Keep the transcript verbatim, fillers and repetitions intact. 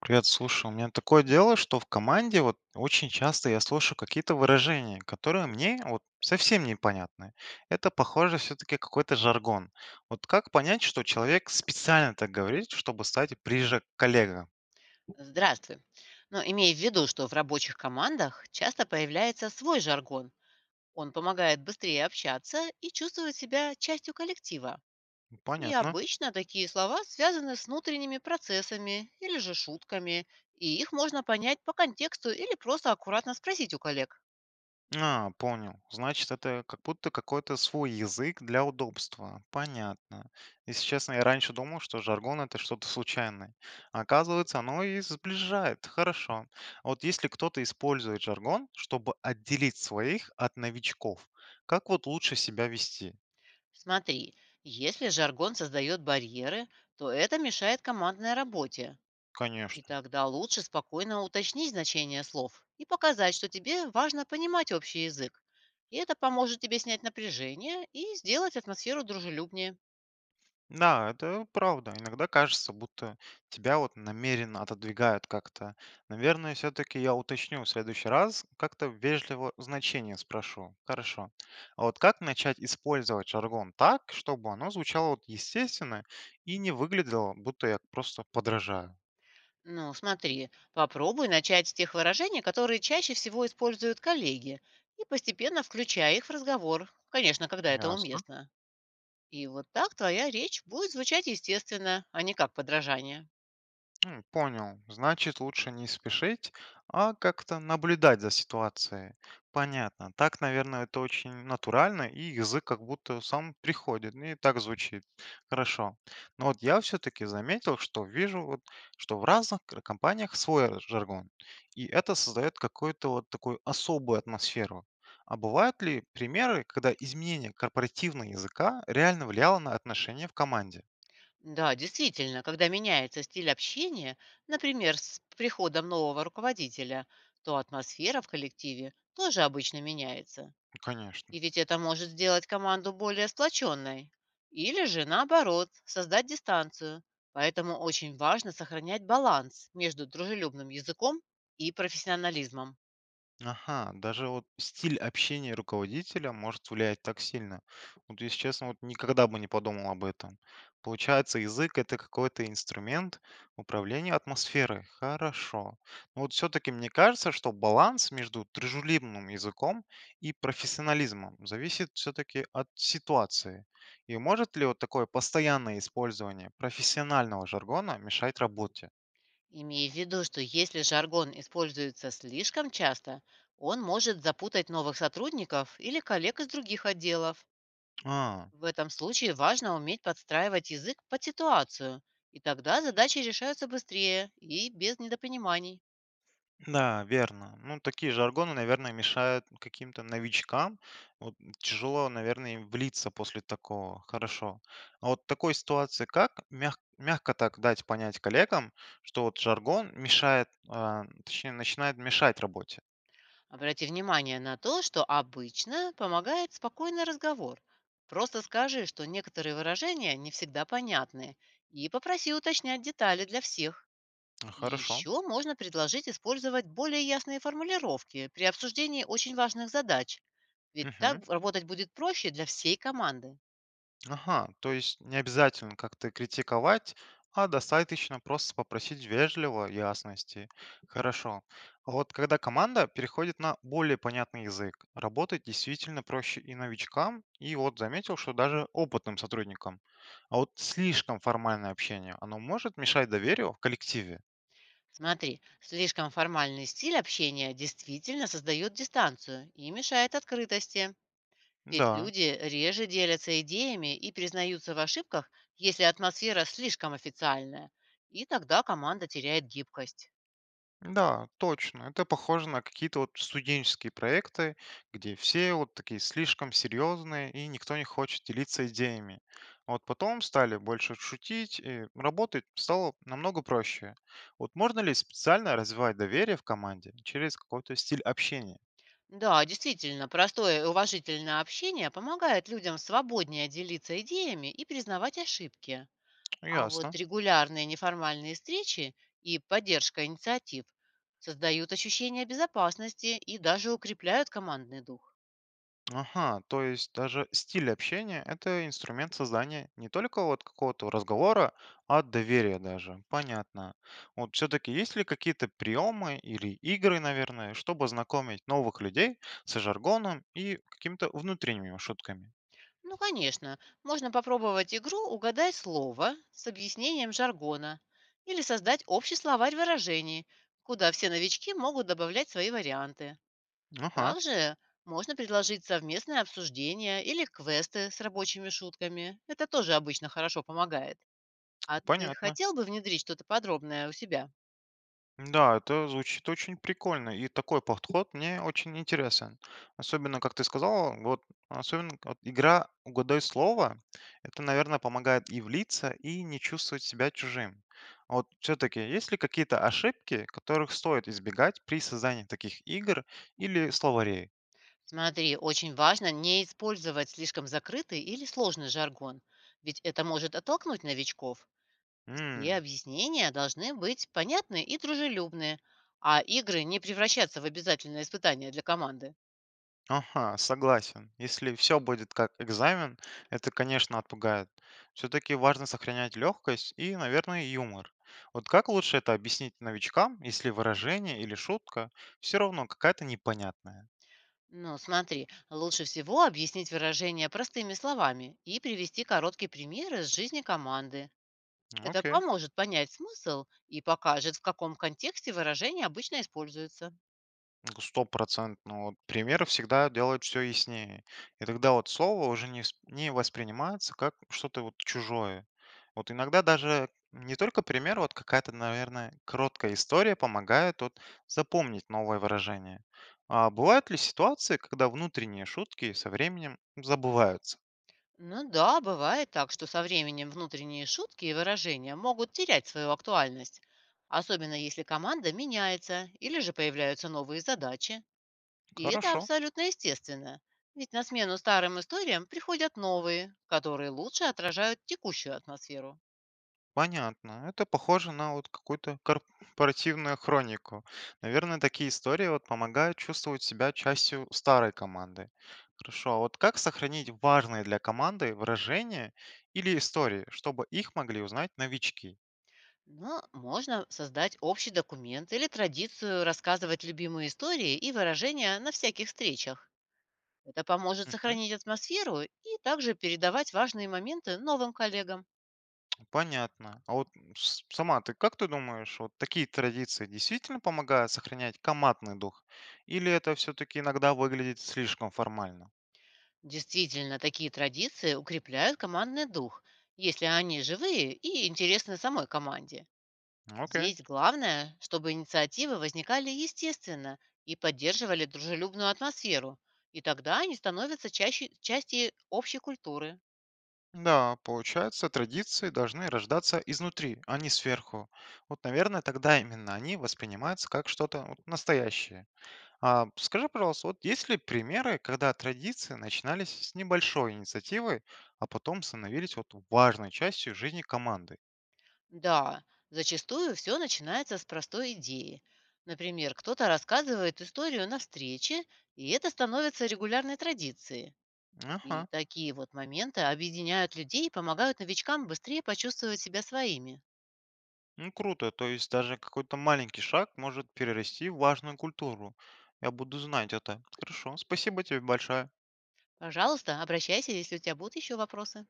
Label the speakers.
Speaker 1: Привет, слушай, у меня такое дело, что в команде вот очень часто я слышу какие-то выражения, которые мне вот совсем непонятны. Это похоже все-таки какой-то жаргон. Вот как понять, что человек специально так говорит, чтобы стать ближе к коллегам?
Speaker 2: Здравствуй. Но имея в виду, что в рабочих командах часто появляется свой жаргон. Он помогает быстрее общаться и чувствовать себя частью коллектива. И
Speaker 1: Понятно.
Speaker 2: обычно такие слова связаны с внутренними процессами или же шутками, и их можно понять по контексту или просто аккуратно спросить у коллег.
Speaker 1: А, понял. Значит, это как будто какой-то свой язык для удобства. Понятно. Если честно, я раньше думал, что жаргон это что-то случайное. А оказывается, оно и сближает. Хорошо. А вот если кто-то использует жаргон, чтобы отделить своих от новичков, как вот лучше себя вести?
Speaker 2: Смотри, если жаргон создает барьеры, то это мешает командной работе. И
Speaker 1: Конечно.
Speaker 2: тогда лучше спокойно уточнить значение слов и показать, что тебе важно понимать общий язык. И это поможет тебе снять напряжение и сделать атмосферу дружелюбнее.
Speaker 1: Да, это правда. Иногда кажется, будто тебя вот намеренно отодвигают как-то. Наверное, все-таки я уточню в следующий раз, как-то вежливо значение спрошу. Хорошо. А вот как начать использовать жаргон так, чтобы оно звучало вот естественно и не выглядело, будто я просто подражаю?
Speaker 2: Ну, смотри, попробуй начать с тех выражений, которые чаще всего используют коллеги, и постепенно включай их в разговор, конечно, когда это
Speaker 1: Ясно.
Speaker 2: уместно. И вот так твоя речь будет звучать естественно, а не как подражание.
Speaker 1: М, понял. Значит, лучше не спешить, а как-то наблюдать за ситуацией. Понятно. Так, наверное, это очень натурально, и язык как будто сам приходит, ну и так звучит. Хорошо. Но вот я все-таки заметил, что вижу, вот, что в разных кр- компаниях свой р- жаргон, и это создает какую-то вот такую особую атмосферу. А бывают ли примеры, когда изменение корпоративного языка реально влияло на отношения в команде?
Speaker 2: Да, действительно, когда меняется стиль общения, например, с приходом нового руководителя, то атмосфера в коллективе тоже обычно меняется.
Speaker 1: Конечно.
Speaker 2: И ведь это может сделать команду более сплоченной. Или же, наоборот, создать дистанцию. Поэтому очень важно сохранять баланс между дружелюбным языком и профессионализмом.
Speaker 1: Ага, даже вот стиль общения руководителя может влиять так сильно. Вот, если честно, вот никогда бы не подумал об этом. Получается, язык это какой-то инструмент управления атмосферой. Хорошо. Но вот все-таки мне кажется, что баланс между дружелюбным языком и профессионализмом зависит все-таки от ситуации. И может ли вот такое постоянное использование профессионального жаргона мешать работе?
Speaker 2: Имея в виду, что если жаргон используется слишком часто, он может запутать новых сотрудников или коллег из других отделов.
Speaker 1: А,
Speaker 2: В этом случае важно уметь подстраивать язык под ситуацию, и тогда задачи решаются быстрее и без недопониманий.
Speaker 1: да, верно. Ну, такие жаргоны, наверное, мешают каким-то новичкам. Вот тяжело, наверное, им влиться после такого. Хорошо. А вот в такой ситуации как мяг- мягко так дать понять коллегам, что вот жаргон мешает, а, точнее, начинает мешать работе?
Speaker 2: Обрати внимание на то, что обычно помогает спокойный разговор. Просто скажи, что некоторые выражения не всегда понятны, и попроси уточнять детали для всех.
Speaker 1: Ну,
Speaker 2: И
Speaker 1: хорошо.
Speaker 2: еще можно предложить использовать более ясные формулировки при обсуждении очень важных задач, ведь так
Speaker 1: Мгм.
Speaker 2: работать будет проще для всей команды.
Speaker 1: Ага, то есть не обязательно как-то критиковать, а достаточно просто попросить вежливо ясности. Хорошо. А вот когда команда переходит на более понятный язык, работать действительно проще и новичкам, и вот заметил, что даже опытным сотрудникам. А вот слишком формальное общение, оно может мешать доверию в коллективе?
Speaker 2: Смотри, слишком формальный стиль общения действительно создает дистанцию и мешает открытости. Ведь
Speaker 1: Да.
Speaker 2: люди реже делятся идеями и признаются в ошибках, если атмосфера слишком официальная. И тогда команда теряет гибкость.
Speaker 1: Да, точно. Это похоже на какие-то вот студенческие проекты, где все вот такие слишком серьезные, и никто не хочет делиться идеями. А вот потом стали больше шутить, и работать стало намного проще. Вот можно ли специально развивать доверие в команде через какой-то стиль общения?
Speaker 2: Да, действительно, простое и уважительное общение помогает людям свободнее делиться идеями и признавать ошибки.
Speaker 1: Ну,
Speaker 2: А вот
Speaker 1: ясно.
Speaker 2: регулярные неформальные встречи и поддержка инициатив создают ощущение безопасности и даже укрепляют командный дух.
Speaker 1: Ага, то есть даже стиль общения — это инструмент создания не только вот какого-то разговора, а доверия даже. Понятно. Вот все-таки есть ли какие-то приемы или игры, наверное, чтобы знакомить новых людей с жаргоном и какими-то внутренними шутками?
Speaker 2: Ну, конечно, можно попробовать игру «Угадай слово» с объяснением жаргона или создать общий словарь выражений, куда все новички могут добавлять свои варианты.
Speaker 1: Ага,
Speaker 2: Также можно предложить совместное обсуждение или квесты с рабочими шутками. Это тоже обычно хорошо помогает. А ты
Speaker 1: понятно.
Speaker 2: хотел бы внедрить что-то подробное у себя?
Speaker 1: Да, это звучит очень прикольно, и такой подход мне очень интересен. Особенно, как ты сказал, вот особенно вот игра «Угадай слово», это, наверное, помогает и влиться, и не чувствовать себя чужим. А вот все-таки есть ли какие-то ошибки, которых стоит избегать при создании таких игр или словарей?
Speaker 2: Смотри, очень важно не использовать слишком закрытый или сложный жаргон, ведь это может оттолкнуть новичков. Все объяснения должны быть понятны и дружелюбные, а игры не превращаться в обязательное испытание для команды.
Speaker 1: Ага, согласен. Если все будет как экзамен, это, конечно, отпугает. Все-таки важно сохранять легкость и, наверное, юмор. Вот как лучше это объяснить новичкам, если выражение или шутка все равно какая-то непонятная?
Speaker 2: Ну, смотри, лучше всего объяснить выражение простыми словами и привести короткие примеры из жизни команды. Это
Speaker 1: Окей.
Speaker 2: поможет понять смысл и покажет, в каком контексте выражение обычно используется.
Speaker 1: Г- Сто процентно. Вот примеры всегда делают все яснее. И тогда вот слово уже не, вс- не воспринимается как что-то вот чужое. Вот иногда даже не только пример, вот какая-то, наверное, короткая история помогает вот запомнить новое выражение. А бывают ли ситуации, когда внутренние шутки со временем забываются?
Speaker 2: Ну да, бывает так, что со временем внутренние шутки и выражения могут терять свою актуальность, особенно если команда меняется или же появляются новые задачи. И это
Speaker 1: Хорошо.
Speaker 2: абсолютно естественно, ведь на смену старым историям приходят новые, которые лучше отражают текущую атмосферу.
Speaker 1: Понятно. Это похоже на вот какую-то корпоративную хронику. Наверное, такие истории вот помогают чувствовать себя частью старой команды. Хорошо, а вот как сохранить важные для команды выражения или истории, чтобы их могли узнать новички?
Speaker 2: Но можно создать общий документ или традицию рассказывать любимые истории и выражения на всяких встречах. Это поможет
Speaker 1: Мгм.
Speaker 2: сохранить атмосферу и также передавать важные моменты новым коллегам.
Speaker 1: Понятно. А вот с- сама ты как ты думаешь, вот такие традиции действительно помогают сохранять командный дух? Или это все-таки иногда выглядит слишком формально?
Speaker 2: Действительно, такие традиции укрепляют командный дух, если они живые и интересны самой команде.
Speaker 1: Окей.
Speaker 2: Здесь главное, чтобы инициативы возникали естественно и поддерживали дружелюбную атмосферу, и тогда они становятся чаще, частью общей культуры.
Speaker 1: Да, получается, традиции должны рождаться изнутри, а не сверху. Вот, наверное, тогда именно они воспринимаются как что-то вот настоящее. А скажи, пожалуйста, вот есть ли примеры, когда традиции начинались с небольшой инициативы, а потом становились вот важной частью жизни команды?
Speaker 2: Да, зачастую все начинается с простой идеи. Например, кто-то рассказывает историю на встрече, и это становится регулярной традицией. И
Speaker 1: Ага,
Speaker 2: такие вот моменты объединяют людей и помогают новичкам быстрее почувствовать себя своими.
Speaker 1: ну круто, то есть даже какой-то маленький шаг может перерасти в важную культуру. Я буду знать это. Хорошо, спасибо тебе большое.
Speaker 2: Пожалуйста, обращайся, если у тебя будут еще вопросы.